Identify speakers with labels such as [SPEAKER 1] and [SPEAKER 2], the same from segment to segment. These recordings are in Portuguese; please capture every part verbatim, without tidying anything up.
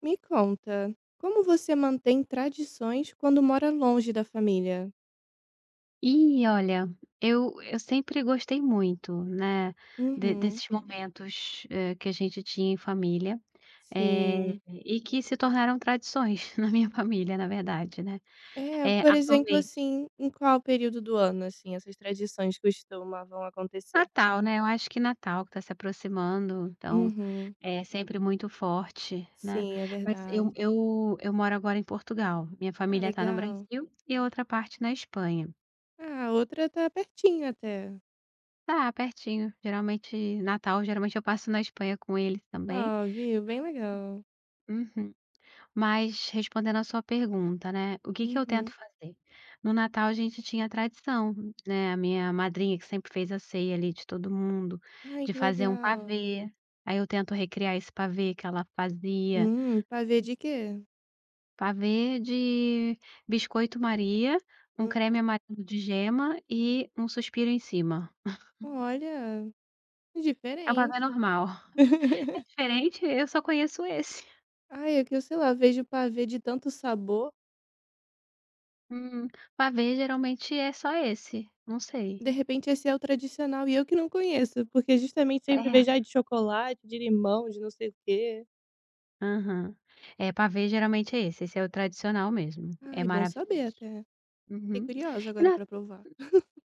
[SPEAKER 1] Me conta, como você mantém tradições quando mora longe da família?
[SPEAKER 2] E olha, eu eu sempre gostei muito, né, de
[SPEAKER 1] Uhum,
[SPEAKER 2] desses momentos, eh, que a gente tinha em família, eh,
[SPEAKER 1] sim.
[SPEAKER 2] e que se tornaram tradições na minha família, na verdade, né.
[SPEAKER 1] É,
[SPEAKER 2] Eh,
[SPEAKER 1] por exemplo,
[SPEAKER 2] atualmente
[SPEAKER 1] assim, em qual período do ano, assim, essas tradições costumavam acontecer?
[SPEAKER 2] Natal, né, eu acho que Natal que tá se aproximando, então
[SPEAKER 1] Uhum,
[SPEAKER 2] é sempre muito forte, né.
[SPEAKER 1] sim, é
[SPEAKER 2] Mas
[SPEAKER 1] verdade.
[SPEAKER 2] eu eu eu moro agora em Portugal, minha
[SPEAKER 1] Ah,
[SPEAKER 2] família está no
[SPEAKER 1] legal.
[SPEAKER 2] Brasil e a outra parte na Espanha.
[SPEAKER 1] Ah, a outra tá pertinho até.
[SPEAKER 2] Tá pertinho, geralmente Natal, geralmente eu passo na Espanha com eles também.
[SPEAKER 1] Ah, viu? Bem legal.
[SPEAKER 2] Uhum. Mas respondendo a sua pergunta, né, o que que eu tento
[SPEAKER 1] Uhum.
[SPEAKER 2] fazer? No Natal a gente tinha a tradição, né, a minha madrinha que sempre fez a ceia ali de todo mundo,
[SPEAKER 1] Ai,
[SPEAKER 2] de
[SPEAKER 1] que
[SPEAKER 2] fazer um
[SPEAKER 1] legal.
[SPEAKER 2] pavê, aí eu tento recriar esse pavê que ela fazia,
[SPEAKER 1] Hum, pavê de quê?
[SPEAKER 2] pavê de biscoito Maria, um creme
[SPEAKER 1] Uhum.
[SPEAKER 2] amarelo de gema e um suspiro em cima.
[SPEAKER 1] Olha,
[SPEAKER 2] É um pavê
[SPEAKER 1] diferente.
[SPEAKER 2] normal. É diferente, eu só conheço esse.
[SPEAKER 1] Ai, é que eu, sei lá, vejo pavê de tanto sabor,
[SPEAKER 2] Hum, Pavê geralmente é só esse, não sei.
[SPEAKER 1] de repente esse é o tradicional e eu que não conheço, porque justamente sempre
[SPEAKER 2] É.
[SPEAKER 1] vejo, ai, de chocolate, de limão, de não sei o quê.
[SPEAKER 2] Aham. É, pavê geralmente é esse, esse é o tradicional mesmo, é
[SPEAKER 1] Ai, bom saber
[SPEAKER 2] maravilhoso.
[SPEAKER 1] até. Fiquei
[SPEAKER 2] Uhum.
[SPEAKER 1] curiosa
[SPEAKER 2] E
[SPEAKER 1] agora
[SPEAKER 2] na
[SPEAKER 1] pra provar.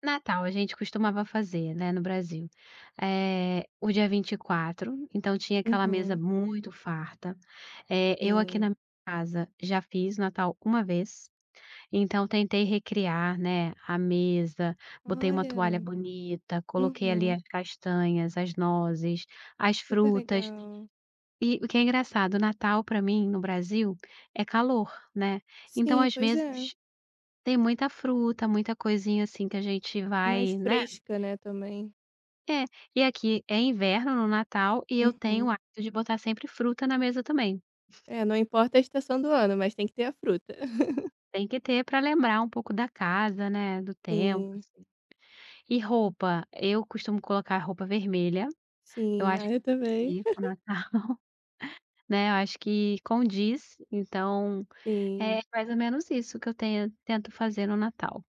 [SPEAKER 2] Natal a gente costumava fazer, né, no Brasil, eh, o dia vinte e quatro então tinha aquela mesa
[SPEAKER 1] Uhum,
[SPEAKER 2] muito farta. Eh, eu aqui na
[SPEAKER 1] sim.
[SPEAKER 2] minha casa já fiz Natal uma vez, então tentei recriar, né, a mesa, botei uma toalha
[SPEAKER 1] Olha,
[SPEAKER 2] bonita, coloquei ali
[SPEAKER 1] uhum,
[SPEAKER 2] as castanhas, as nozes, as
[SPEAKER 1] super
[SPEAKER 2] frutas,
[SPEAKER 1] legal.
[SPEAKER 2] e o que é engraçado, Natal para mim, no Brasil, é calor, né, então
[SPEAKER 1] Sim,
[SPEAKER 2] às
[SPEAKER 1] pois
[SPEAKER 2] vezes
[SPEAKER 1] é.
[SPEAKER 2] tem muita fruta, muita coisinha assim que a gente
[SPEAKER 1] Mais
[SPEAKER 2] vai, né
[SPEAKER 1] fresca, né, também.
[SPEAKER 2] é, e aqui é inverno no Natal e eu tenho o
[SPEAKER 1] Uhum.
[SPEAKER 2] hábito de botar sempre fruta na mesa também.
[SPEAKER 1] É, não importa a estação do ano, mas tem que ter a fruta.
[SPEAKER 2] Tem que ter para lembrar um pouco da casa, né, do tempo,
[SPEAKER 1] Sim,
[SPEAKER 2] assim. E roupa, eu costumo colocar roupa vermelha, eu
[SPEAKER 1] sim.
[SPEAKER 2] acho
[SPEAKER 1] Ah,
[SPEAKER 2] que
[SPEAKER 1] eu
[SPEAKER 2] tem a
[SPEAKER 1] também.
[SPEAKER 2] ver com o Natal, né, eu acho que condiz, então
[SPEAKER 1] Sim.
[SPEAKER 2] é mais ou menos isso que eu tenho tento fazer no Natal.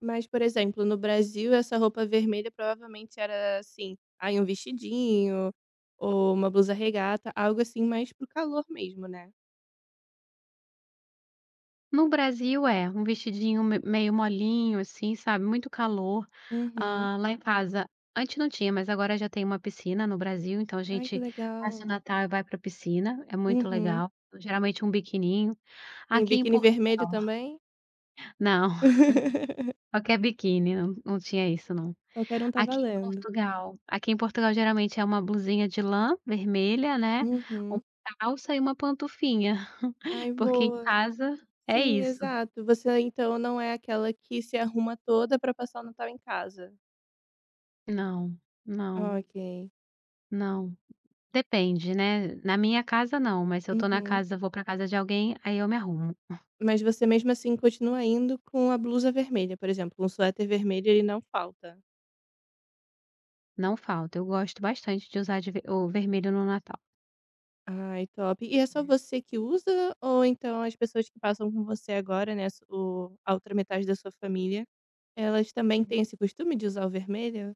[SPEAKER 1] Mas, por exemplo, no Brasil, essa roupa vermelha provavelmente era assim, aí um vestidinho ou uma blusa regata, algo assim mais pro calor mesmo, né.
[SPEAKER 2] No Brasil é, um vestidinho me meio molinho, assim, sabe, muito calor.
[SPEAKER 1] Uhum.
[SPEAKER 2] Ah, lá em casa antes não tinha, mas agora já tem uma piscina no Brasil, então a
[SPEAKER 1] Ai, que
[SPEAKER 2] gente passa o
[SPEAKER 1] legal.
[SPEAKER 2] Natal e vai para a piscina, é muito
[SPEAKER 1] Uhum.
[SPEAKER 2] legal. Geralmente um biquininho.
[SPEAKER 1] Tem
[SPEAKER 2] Aqui em
[SPEAKER 1] biquíni
[SPEAKER 2] Portugal
[SPEAKER 1] vermelho também?
[SPEAKER 2] não, qualquer biquíni, não não tinha isso não.
[SPEAKER 1] Qualquer um está
[SPEAKER 2] Aqui em
[SPEAKER 1] valendo.
[SPEAKER 2] Portugal aqui em Portugal geralmente é uma blusinha de lã vermelha, né,
[SPEAKER 1] Uhum.
[SPEAKER 2] uma calça e uma pantufinha,
[SPEAKER 1] Ai,
[SPEAKER 2] porque em
[SPEAKER 1] boa.
[SPEAKER 2] casa é
[SPEAKER 1] Sim,
[SPEAKER 2] isso.
[SPEAKER 1] exato. Você, então, não é aquela que se arruma toda para passar o Natal em casa.
[SPEAKER 2] Não, não,
[SPEAKER 1] Ok.
[SPEAKER 2] não. Depende, né. Na minha casa não, mas se eu tô na
[SPEAKER 1] Uhum.
[SPEAKER 2] casa vou pra casa de alguém, aí eu me arrumo.
[SPEAKER 1] Mas você mesmo assim continua indo com a blusa vermelha, por exemplo, um suéter vermelho ele não falta?
[SPEAKER 2] Não falta, eu gosto bastante de usar de ver o vermelho no Natal.
[SPEAKER 1] Ai, top. E é só você que usa ou então as pessoas que passam com você agora, né, s o a outra metade da sua família, elas também
[SPEAKER 2] Uhum.
[SPEAKER 1] têm esse costume de usar o vermelho?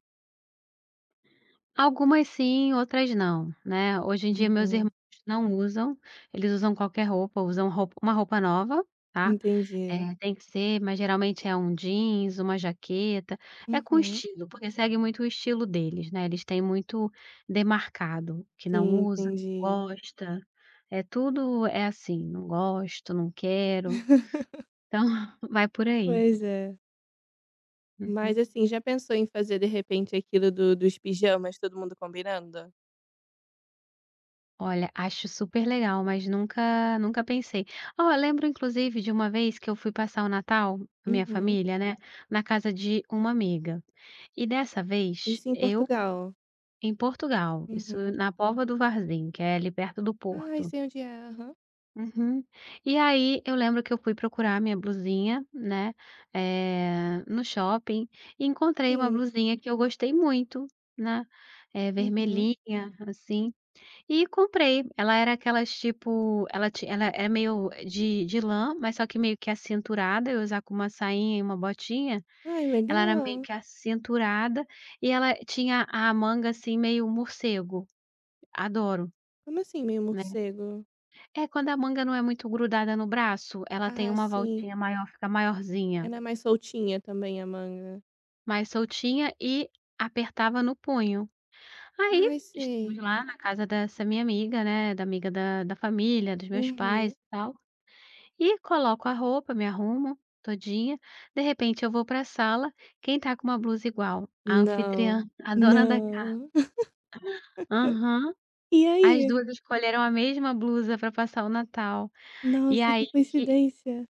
[SPEAKER 2] Algumas sim, outras não, né. Hoje em dia meus
[SPEAKER 1] Uhum,
[SPEAKER 2] irmãos não usam, eles usam qualquer roupa, usam roupa uma roupa nova, tá.
[SPEAKER 1] entendi.
[SPEAKER 2] É, tem que ser, mas geralmente é um jeans, uma jaqueta, é com
[SPEAKER 1] Uhum.
[SPEAKER 2] estilo, porque segue muito o estilo deles, né, eles têm muito demarcado, que não
[SPEAKER 1] Sim,
[SPEAKER 2] usa, não
[SPEAKER 1] entendi.
[SPEAKER 2] gosta, é tudo é assim, não gosto, não quero, então vai por aí.
[SPEAKER 1] Pois é. Mas
[SPEAKER 2] Uhum.
[SPEAKER 1] assim, já pensou em fazer de repente aquilo do dos pijamas, todo mundo combinando?
[SPEAKER 2] Olha, acho super legal, mas nunca nunca pensei. Ó, eu lembro inclusive de uma vez que eu fui passar o Natal, minha
[SPEAKER 1] Uhum.
[SPEAKER 2] família, né, na casa de uma amiga, e dessa vez
[SPEAKER 1] Isso em
[SPEAKER 2] eu.
[SPEAKER 1] Portugal.
[SPEAKER 2] Em Portugal, isso
[SPEAKER 1] Uhum.
[SPEAKER 2] na Póvoa do Varzim, que é ali perto do
[SPEAKER 1] Ai,
[SPEAKER 2] Porto.
[SPEAKER 1] sei onde é. Aham.
[SPEAKER 2] Uhum. E aí eu lembro que eu fui procurar minha blusinha, né, eh, no shopping e encontrei uma
[SPEAKER 1] Sim.
[SPEAKER 2] blusinha que eu gostei muito, né, eh,
[SPEAKER 1] Uhum.
[SPEAKER 2] vermelhinha, assim, e comprei. Ela era aquelas tipo ela ti ela era meio de de lã, mas só que meio que acinturada, eu usava com uma sainha e uma botinha,
[SPEAKER 1] Ai,
[SPEAKER 2] ela era meio
[SPEAKER 1] legal.
[SPEAKER 2] que acinturada e ela tinha a manga, assim, meio morcego. Adoro,
[SPEAKER 1] Como assim meio
[SPEAKER 2] né.
[SPEAKER 1] morcego?
[SPEAKER 2] É, quando a manga não é muito grudada no braço, ela tem
[SPEAKER 1] Ah,
[SPEAKER 2] uma
[SPEAKER 1] sim.
[SPEAKER 2] voltinha maior, fica maiorzinha,
[SPEAKER 1] Ela é mais soltinha também, a manga.
[SPEAKER 2] mais soltinha e apertava no punho. Aí,
[SPEAKER 1] Ai,
[SPEAKER 2] estamos
[SPEAKER 1] sei.
[SPEAKER 2] lá na casa dessa minha amiga, né, da amiga da da família, dos meus pais
[SPEAKER 1] Uhum.
[SPEAKER 2] e tal, e coloco a roupa, me arrumo todinha, de repente eu vou pra sala, quem tá com uma blusa igual? A
[SPEAKER 1] Não.
[SPEAKER 2] anfitriã, a dona da ca
[SPEAKER 1] Não.
[SPEAKER 2] aham.
[SPEAKER 1] E
[SPEAKER 2] As
[SPEAKER 1] aí?
[SPEAKER 2] duas escolheram a mesma blusa para passar o Natal. E
[SPEAKER 1] Nossa,
[SPEAKER 2] aí
[SPEAKER 1] que
[SPEAKER 2] que.
[SPEAKER 1] coincidência.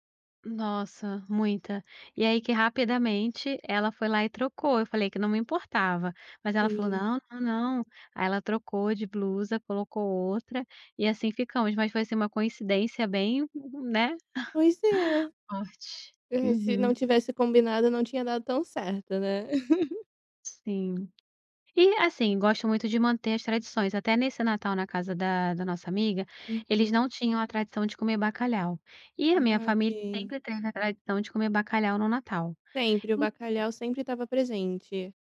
[SPEAKER 2] Nossa, muita. E aí que rapidamente ela foi lá e trocou, eu falei que não me importava, mas ela falou:
[SPEAKER 1] Sim.
[SPEAKER 2] "Não, não, não". Aí ela trocou de blusa, colocou outra, e assim ficamos, mas foi assim uma coincidência bem, né.
[SPEAKER 1] Pois é.
[SPEAKER 2] Forte.
[SPEAKER 1] É, se não
[SPEAKER 2] Uhum,
[SPEAKER 1] tivesse combinado, não tinha dado tão certo, né?
[SPEAKER 2] sim. E assim, gosto muito de manter as tradições, até nesse Natal na casa da da nossa amiga, eles
[SPEAKER 1] Uhum.
[SPEAKER 2] não tinham a tradição de comer bacalhau, e a minha
[SPEAKER 1] Ah,
[SPEAKER 2] família
[SPEAKER 1] ok.
[SPEAKER 2] sempre teve a tradição de comer bacalhau no Natal.
[SPEAKER 1] Sempre, o bacalhau sempre estava presente.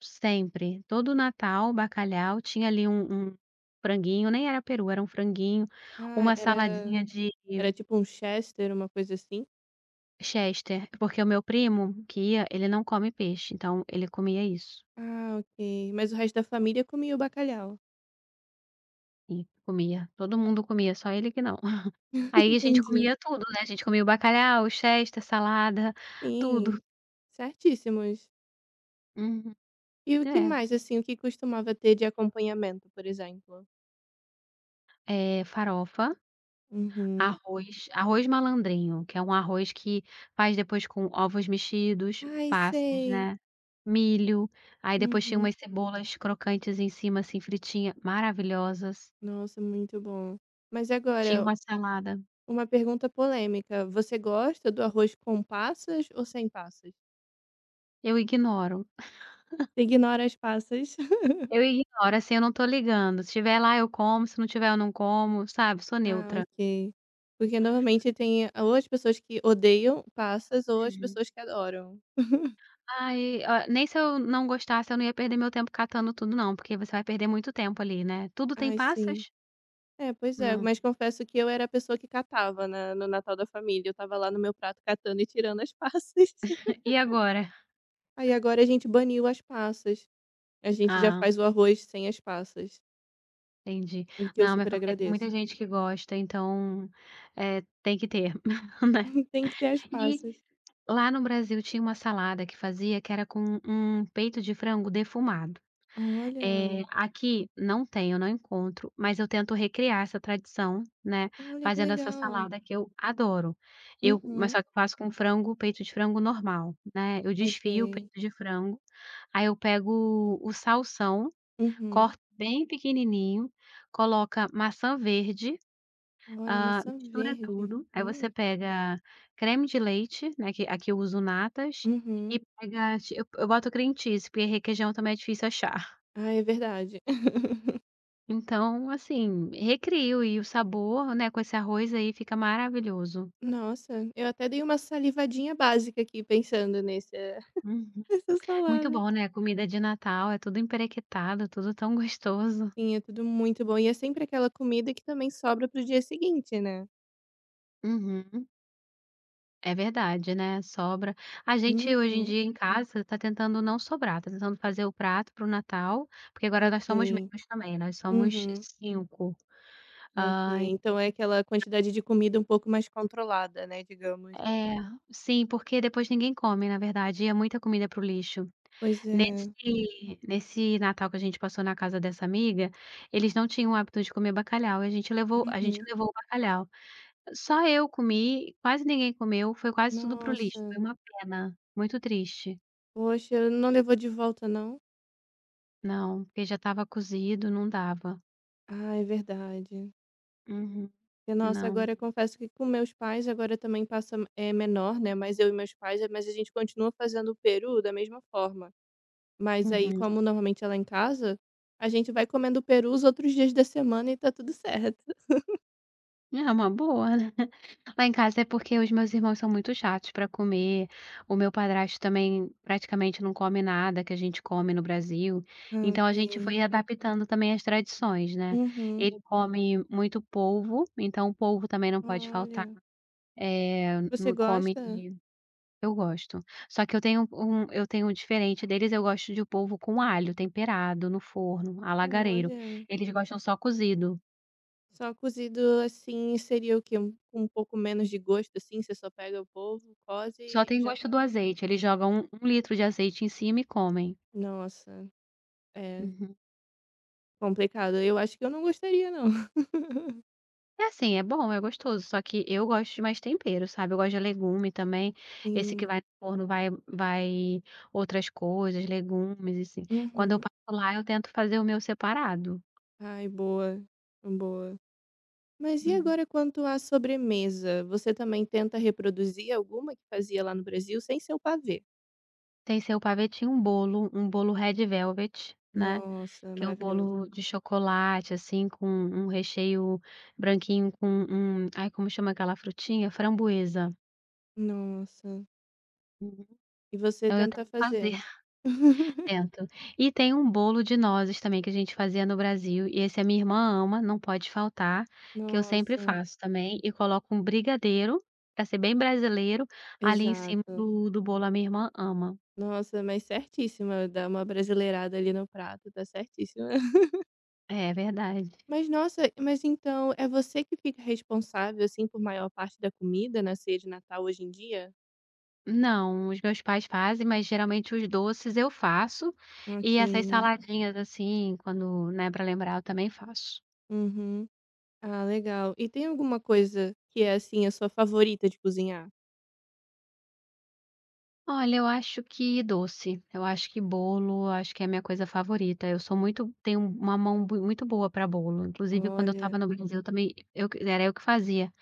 [SPEAKER 2] Sempre. Todo Natal, bacalhau, tinha ali um um franguinho, nem era peru, era um franguinho,
[SPEAKER 1] Ah,
[SPEAKER 2] uma
[SPEAKER 1] era
[SPEAKER 2] saladinha de
[SPEAKER 1] era tipo um Chester, uma coisa assim?
[SPEAKER 2] chester, porque o meu primo que ia, ele não come peixe, então ele comia isso.
[SPEAKER 1] Ah, ok. Mas o resto da família comia o bacalhau.
[SPEAKER 2] E comia, todo mundo comia, só ele que não. Aí a gente
[SPEAKER 1] Entendi.
[SPEAKER 2] comia tudo, né, a gente comia o bacalhau, o chester, salada, tudo.
[SPEAKER 1] Sim, certíssimos.
[SPEAKER 2] Uhum.
[SPEAKER 1] E o que
[SPEAKER 2] É.
[SPEAKER 1] mais, assim, o que costumava ter de acompanhamento, por exemplo?
[SPEAKER 2] Eh, farofa,
[SPEAKER 1] Uhum.
[SPEAKER 2] arroz arroz malandrinho, que é um arroz que faz depois com ovos mexidos,
[SPEAKER 1] Ai,
[SPEAKER 2] passas,
[SPEAKER 1] sei.
[SPEAKER 2] né. Milho, aí depois tinha
[SPEAKER 1] Uhum.
[SPEAKER 2] umas cebolas crocantes em cima, assim, fritinha, maravilhosas.
[SPEAKER 1] Nossa, muito bom. Mas
[SPEAKER 2] Tinha
[SPEAKER 1] agora,
[SPEAKER 2] uma salada.
[SPEAKER 1] uma pergunta polêmica. Você gosta do arroz com passas ou sem passas?
[SPEAKER 2] Eu ignoro,
[SPEAKER 1] Você Ignora as passas.
[SPEAKER 2] eu ignoro, assim, eu não tô ligando. Se tiver lá eu como, se não tiver eu não como, sabe, sou
[SPEAKER 1] Ah,
[SPEAKER 2] neutra.
[SPEAKER 1] ok. Porque normalmente tem ou as pessoas que odeiam passas ou as
[SPEAKER 2] Uhum.
[SPEAKER 1] pessoas que adoram.
[SPEAKER 2] Aí, ó, nem se eu não gostasse eu não ia perder meu tempo catando tudo não, porque você vai perder muito tempo ali, né. Tudo tem
[SPEAKER 1] Ai, sim.
[SPEAKER 2] passas?
[SPEAKER 1] É, pois é,
[SPEAKER 2] Não.
[SPEAKER 1] mas confesso que eu era a pessoa que catava na no Natal da família, eu estava lá no meu prato catando e tirando as passas.
[SPEAKER 2] E agora?
[SPEAKER 1] Aí agora a gente baniu as passas, a gente já
[SPEAKER 2] Ah,
[SPEAKER 1] faz o arroz sem as passas,
[SPEAKER 2] entendi.
[SPEAKER 1] o que eu
[SPEAKER 2] Não, minha
[SPEAKER 1] super
[SPEAKER 2] família tem
[SPEAKER 1] agradeço.
[SPEAKER 2] muita gente que gosta, então, eh, tem que ter, né.
[SPEAKER 1] Tem que ter as
[SPEAKER 2] E
[SPEAKER 1] passas.
[SPEAKER 2] lá no Brasil tinha uma salada que fazia que era com um peito de frango defumado. Eh,
[SPEAKER 1] Olha,
[SPEAKER 2] aqui não tem, eu não encontro, mas eu tento recriar essa tradição, né,
[SPEAKER 1] olha que
[SPEAKER 2] fazendo essa
[SPEAKER 1] legal.
[SPEAKER 2] salada que eu adoro. Eu mas
[SPEAKER 1] Uhum,
[SPEAKER 2] só que eu faço com frango peito de frango normal, né, eu desfio o peito
[SPEAKER 1] ok.
[SPEAKER 2] de frango, aí eu pego o salsão,
[SPEAKER 1] Uhum.
[SPEAKER 2] corto bem pequenininho, coloca maçã verde.
[SPEAKER 1] Olha,
[SPEAKER 2] Hã,
[SPEAKER 1] maçã
[SPEAKER 2] mistura
[SPEAKER 1] verde.
[SPEAKER 2] tudo, aí você
[SPEAKER 1] Hum,
[SPEAKER 2] pega creme de leite, né, que aqui eu uso Natas, e
[SPEAKER 1] uhum.
[SPEAKER 2] pega ti eu eu boto cream cheese, porque requeijão também é difícil achar.
[SPEAKER 1] Ah, é verdade.
[SPEAKER 2] Então, assim, recrio e o sabor, né, com esse arroz aí fica maravilhoso.
[SPEAKER 1] Nossa, eu até dei uma salivadinha básica aqui pensando nesse
[SPEAKER 2] Uhum.
[SPEAKER 1] nessa
[SPEAKER 2] Muito
[SPEAKER 1] salada.
[SPEAKER 2] bom, né, comida de Natal, é tudo emperequetado, tudo tão gostoso.
[SPEAKER 1] Sim, é tudo muito bom. E é sempre aquela comida que também sobra para o dia seguinte, né?
[SPEAKER 2] Uhum. É verdade, né, sobra. A gente hoje em
[SPEAKER 1] Uhum,
[SPEAKER 2] dia em casa tá tentando não sobrar, tá tentando fazer o prato para o Natal, porque agora nós
[SPEAKER 1] ok.
[SPEAKER 2] somos menos também, nós somos
[SPEAKER 1] Uhum,
[SPEAKER 2] cinco.
[SPEAKER 1] ok.
[SPEAKER 2] Ai,
[SPEAKER 1] Então é aquela quantidade de comida um pouco mais controlada, né, digamos.
[SPEAKER 2] é, sim, porque depois ninguém come, na verdade, e é muita comida para o lixo.
[SPEAKER 1] Pois é.
[SPEAKER 2] Nesse nesse Natal que a gente passou na casa dessa amiga, eles não tinham o hábito de comer bacalhau e a gente levou a gente
[SPEAKER 1] Uhum.
[SPEAKER 2] levou o bacalhau. Só eu comi, quase ninguém comeu, foi quase tudo para o lixo,
[SPEAKER 1] Nossa.
[SPEAKER 2] foi uma pena, muito triste.
[SPEAKER 1] Poxa, não levou de volta, não?
[SPEAKER 2] Não, porque já estava cozido, não dava.
[SPEAKER 1] Ah, é verdade.
[SPEAKER 2] Uhum.
[SPEAKER 1] Porque, nossa,
[SPEAKER 2] Não.
[SPEAKER 1] agora eu confesso que com meus pais agora também passa é menor, né? Mas eu e meus pais, mas a gente continua fazendo o peru da mesma forma. Mas aí,
[SPEAKER 2] Uhum.
[SPEAKER 1] como normalmente ela é em casa, a gente vai comendo peru os outros dias da semana e tá tudo certo.
[SPEAKER 2] É uma boa, né. Lá em casa é porque os meus irmãos são muito chatos para comer, o meu padrasto também praticamente não come nada que a gente come no Brasil,
[SPEAKER 1] Ah,
[SPEAKER 2] então
[SPEAKER 1] ok.
[SPEAKER 2] a gente foi adaptando também as tradições, né.
[SPEAKER 1] Uhum.
[SPEAKER 2] Ele come muito polvo, então o polvo também não pode faltar.
[SPEAKER 1] Olha.
[SPEAKER 2] É,
[SPEAKER 1] Você
[SPEAKER 2] não come.
[SPEAKER 1] gosta?
[SPEAKER 2] Eu gosto. Só que eu tenho um eu tenho um diferente deles, eu gosto de polvo com alho temperado no forno, a lagareiro.
[SPEAKER 1] Olha.
[SPEAKER 2] Eles gostam só cozido,
[SPEAKER 1] Só cozido assim seria o quê? Um, um pouco menos de gosto, assim? Você só pega o polvo, coze
[SPEAKER 2] só
[SPEAKER 1] e
[SPEAKER 2] tem
[SPEAKER 1] já
[SPEAKER 2] gosto
[SPEAKER 1] tá.
[SPEAKER 2] do azeite, eles jogam um um litro de azeite em cima e comem.
[SPEAKER 1] Nossa, é
[SPEAKER 2] Uhum.
[SPEAKER 1] complicado. Eu acho que eu não gostaria, não.
[SPEAKER 2] É assim, é bom, é gostoso, só que eu gosto de mais tempero, sabe, eu gosto de legume também, esse que
[SPEAKER 1] Sim.
[SPEAKER 2] vai no forno vai vai outras coisas, legumes assim. Quando eu
[SPEAKER 1] Uhum.
[SPEAKER 2] passo lá, eu tento fazer o meu separado.
[SPEAKER 1] Ai, boa. Boa. Mas e
[SPEAKER 2] Uhum.
[SPEAKER 1] agora quanto à sobremesa? Você também tenta reproduzir alguma que fazia lá no Brasil sem ser o pavê?
[SPEAKER 2] Tem seu pavetinho, um bolo, um bolo, red velvet, né.
[SPEAKER 1] Nossa,
[SPEAKER 2] Que é um
[SPEAKER 1] maravilhoso.
[SPEAKER 2] bolo de chocolate, assim, com um recheio branquinho com um ai, como chama aquela frutinha? Framboesa.
[SPEAKER 1] Nossa.
[SPEAKER 2] Uhum.
[SPEAKER 1] E você
[SPEAKER 2] Então eu tento
[SPEAKER 1] tenta
[SPEAKER 2] fazer,
[SPEAKER 1] fazer?
[SPEAKER 2] tento. E tem um bolo de nozes também que a gente fazia no Brasil, e esse a minha irmã ama, não pode faltar, que eu sempre
[SPEAKER 1] Nossa,
[SPEAKER 2] faço também e coloco um brigadeiro, para ser bem brasileiro, ali em cima
[SPEAKER 1] exato.
[SPEAKER 2] do do bolo, a minha irmã ama.
[SPEAKER 1] Nossa, mas certíssima, dá uma brasileirada ali no prato, tá certíssima.
[SPEAKER 2] É verdade.
[SPEAKER 1] Mas nossa, mas então é você que fica responsável assim por maior parte da comida na ceia de Natal hoje em dia?
[SPEAKER 2] Não, os meus pais fazem, mas geralmente os doces eu faço,
[SPEAKER 1] Ok.
[SPEAKER 2] e essas saladinhas, assim, quando, né, para lembrar eu também faço.
[SPEAKER 1] Uhum. Ah, legal. E tem alguma coisa que é, assim, a sua favorita de cozinhar?
[SPEAKER 2] Olha, eu acho que doce, eu acho que bolo, eu acho que é a minha coisa favorita. Eu sou muito tenho uma mão bui muito boa para bolo, inclusive quando eu
[SPEAKER 1] Olha.
[SPEAKER 2] estava no Brasil também eu que era eu que fazia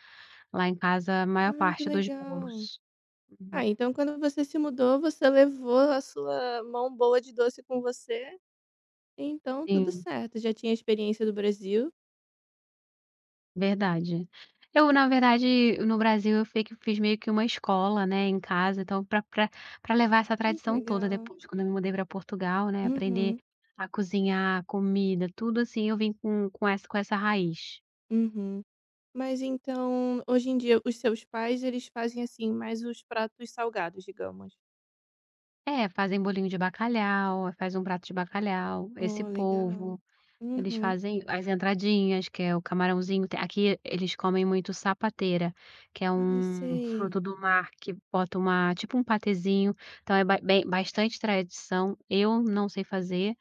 [SPEAKER 2] lá em casa a maior
[SPEAKER 1] Ai, que
[SPEAKER 2] parte dos
[SPEAKER 1] legal.
[SPEAKER 2] bolos. Uhum,
[SPEAKER 1] Ah, então quando você se mudou, você levou a sua mão boa de doce com você, então tudo
[SPEAKER 2] sim.
[SPEAKER 1] certo. Já tinha experiência do Brasil.
[SPEAKER 2] Verdade. Eu, na verdade, no Brasil eu fei que fiz meio que uma escola, né, em casa, então pra pra pra levar essa
[SPEAKER 1] Hum, que
[SPEAKER 2] tradição toda
[SPEAKER 1] legal.
[SPEAKER 2] depois, quando eu me mudei pra Portugal, né, aprender
[SPEAKER 1] Uhum,
[SPEAKER 2] a cozinhar, comida, tudo assim, eu vim com com essa com essa raiz.
[SPEAKER 1] uhum. Mas então, hoje em dia, os seus pais, eles fazem, assim, mais os pratos salgados, digamos?
[SPEAKER 2] É, fazem bolinho de bacalhau, faz um prato de bacalhau, esse
[SPEAKER 1] Oh, legal.
[SPEAKER 2] polvo. Eles
[SPEAKER 1] Uhum.
[SPEAKER 2] fazem as entradinhas, que é o camarãozinho te aqui eles comem muito sapateira, que é
[SPEAKER 1] Ai,
[SPEAKER 2] um
[SPEAKER 1] sei.
[SPEAKER 2] fruto do mar que bota uma tipo um patezinho, então é ba bem bastante tradição. Eu não sei fazer,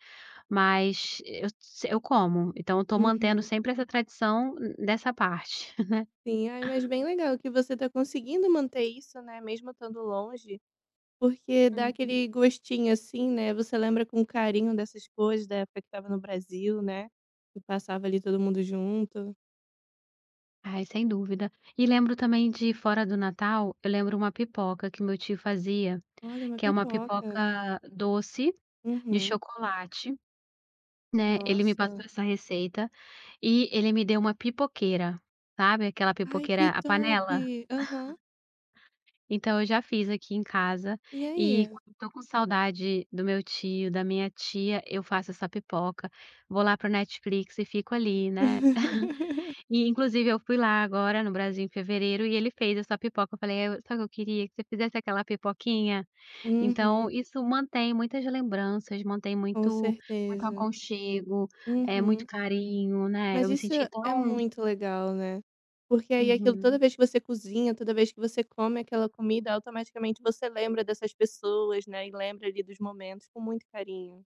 [SPEAKER 2] mas eu se eu como, então eu estou mantendo
[SPEAKER 1] Uhum.
[SPEAKER 2] sempre essa tradição dessa parte.
[SPEAKER 1] Sim, ai, mas bem legal que você tá conseguindo manter isso, né, mesmo estando longe, porque dá
[SPEAKER 2] Uhum.
[SPEAKER 1] aquele gostinho assim, né, você lembra com carinho dessas coisas da época que estava no Brasil, né, que passava ali todo mundo junto.
[SPEAKER 2] Ai, sem dúvida. E lembro também de fora do Natal, eu lembro uma pipoca que meu tio fazia,
[SPEAKER 1] Olha, uma
[SPEAKER 2] que é uma
[SPEAKER 1] pipoca.
[SPEAKER 2] pipoca doce de
[SPEAKER 1] Uhum.
[SPEAKER 2] chocolate. Né, ele me passou
[SPEAKER 1] Nossa.
[SPEAKER 2] essa receita e ele me deu uma pipoqueira, sabe, aquela
[SPEAKER 1] Ai, que
[SPEAKER 2] pipoqueira a
[SPEAKER 1] top.
[SPEAKER 2] panela?
[SPEAKER 1] Aham.
[SPEAKER 2] Então eu já fiz aqui em casa
[SPEAKER 1] E
[SPEAKER 2] e
[SPEAKER 1] aí?
[SPEAKER 2] quando tô com saudade do meu tio, da minha tia, eu faço essa pipoca, vou lá para o Netflix e fico ali, né. E inclusive eu fui lá agora no Brasil em fevereiro e ele fez essa pipoca, eu falei: "Eh, sabe o que eu queria? Que você fizesse aquela pipoquinha". Então
[SPEAKER 1] Uhum,
[SPEAKER 2] isso mantém muitas lembranças, mantém
[SPEAKER 1] com
[SPEAKER 2] muito muito
[SPEAKER 1] certeza.
[SPEAKER 2] aconchego, é muito
[SPEAKER 1] Uhum.
[SPEAKER 2] carinho, né, eu
[SPEAKER 1] Mas
[SPEAKER 2] me
[SPEAKER 1] isso
[SPEAKER 2] senti
[SPEAKER 1] é
[SPEAKER 2] tão.
[SPEAKER 1] muito legal, né. Porque aí aquilo toda
[SPEAKER 2] Uhum.
[SPEAKER 1] vez que você cozinha, toda vez que você come aquela comida, automaticamente você lembra dessas pessoas, né, e lembra ali dos momentos com muito carinho.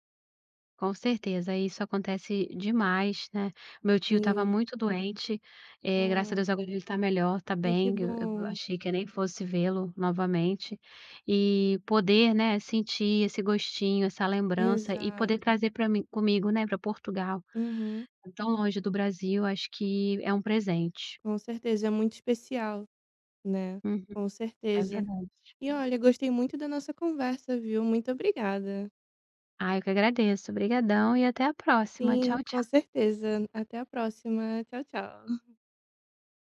[SPEAKER 2] Com certeza, isso acontece demais, né. Meu tio estava
[SPEAKER 1] Sim.
[SPEAKER 2] muito doente, eh, graças a
[SPEAKER 1] Ah,
[SPEAKER 2] Deus agora ele está melhor, está
[SPEAKER 1] ai que
[SPEAKER 2] bem, eu eu
[SPEAKER 1] bom.
[SPEAKER 2] achei que eu nem fosse vê-lo novamente. E poder, né, sentir esse gostinho, essa lembrança e poder
[SPEAKER 1] Exato.
[SPEAKER 2] trazer para mim comigo, né, para Portugal,
[SPEAKER 1] Uhum.
[SPEAKER 2] tão longe do Brasil, acho que é um presente.
[SPEAKER 1] Com certeza, é muito especial, né.
[SPEAKER 2] Uhum.
[SPEAKER 1] Com
[SPEAKER 2] É
[SPEAKER 1] certeza.
[SPEAKER 2] verdade.
[SPEAKER 1] E olha, gostei muito da nossa conversa, viu. Muito obrigada.
[SPEAKER 2] Ah, eu que agradeço. Obrigadão e até a próxima.
[SPEAKER 1] Sim,
[SPEAKER 2] Tchau,
[SPEAKER 1] com
[SPEAKER 2] tchau.
[SPEAKER 1] certeza. Até a próxima. Tchau, tchau.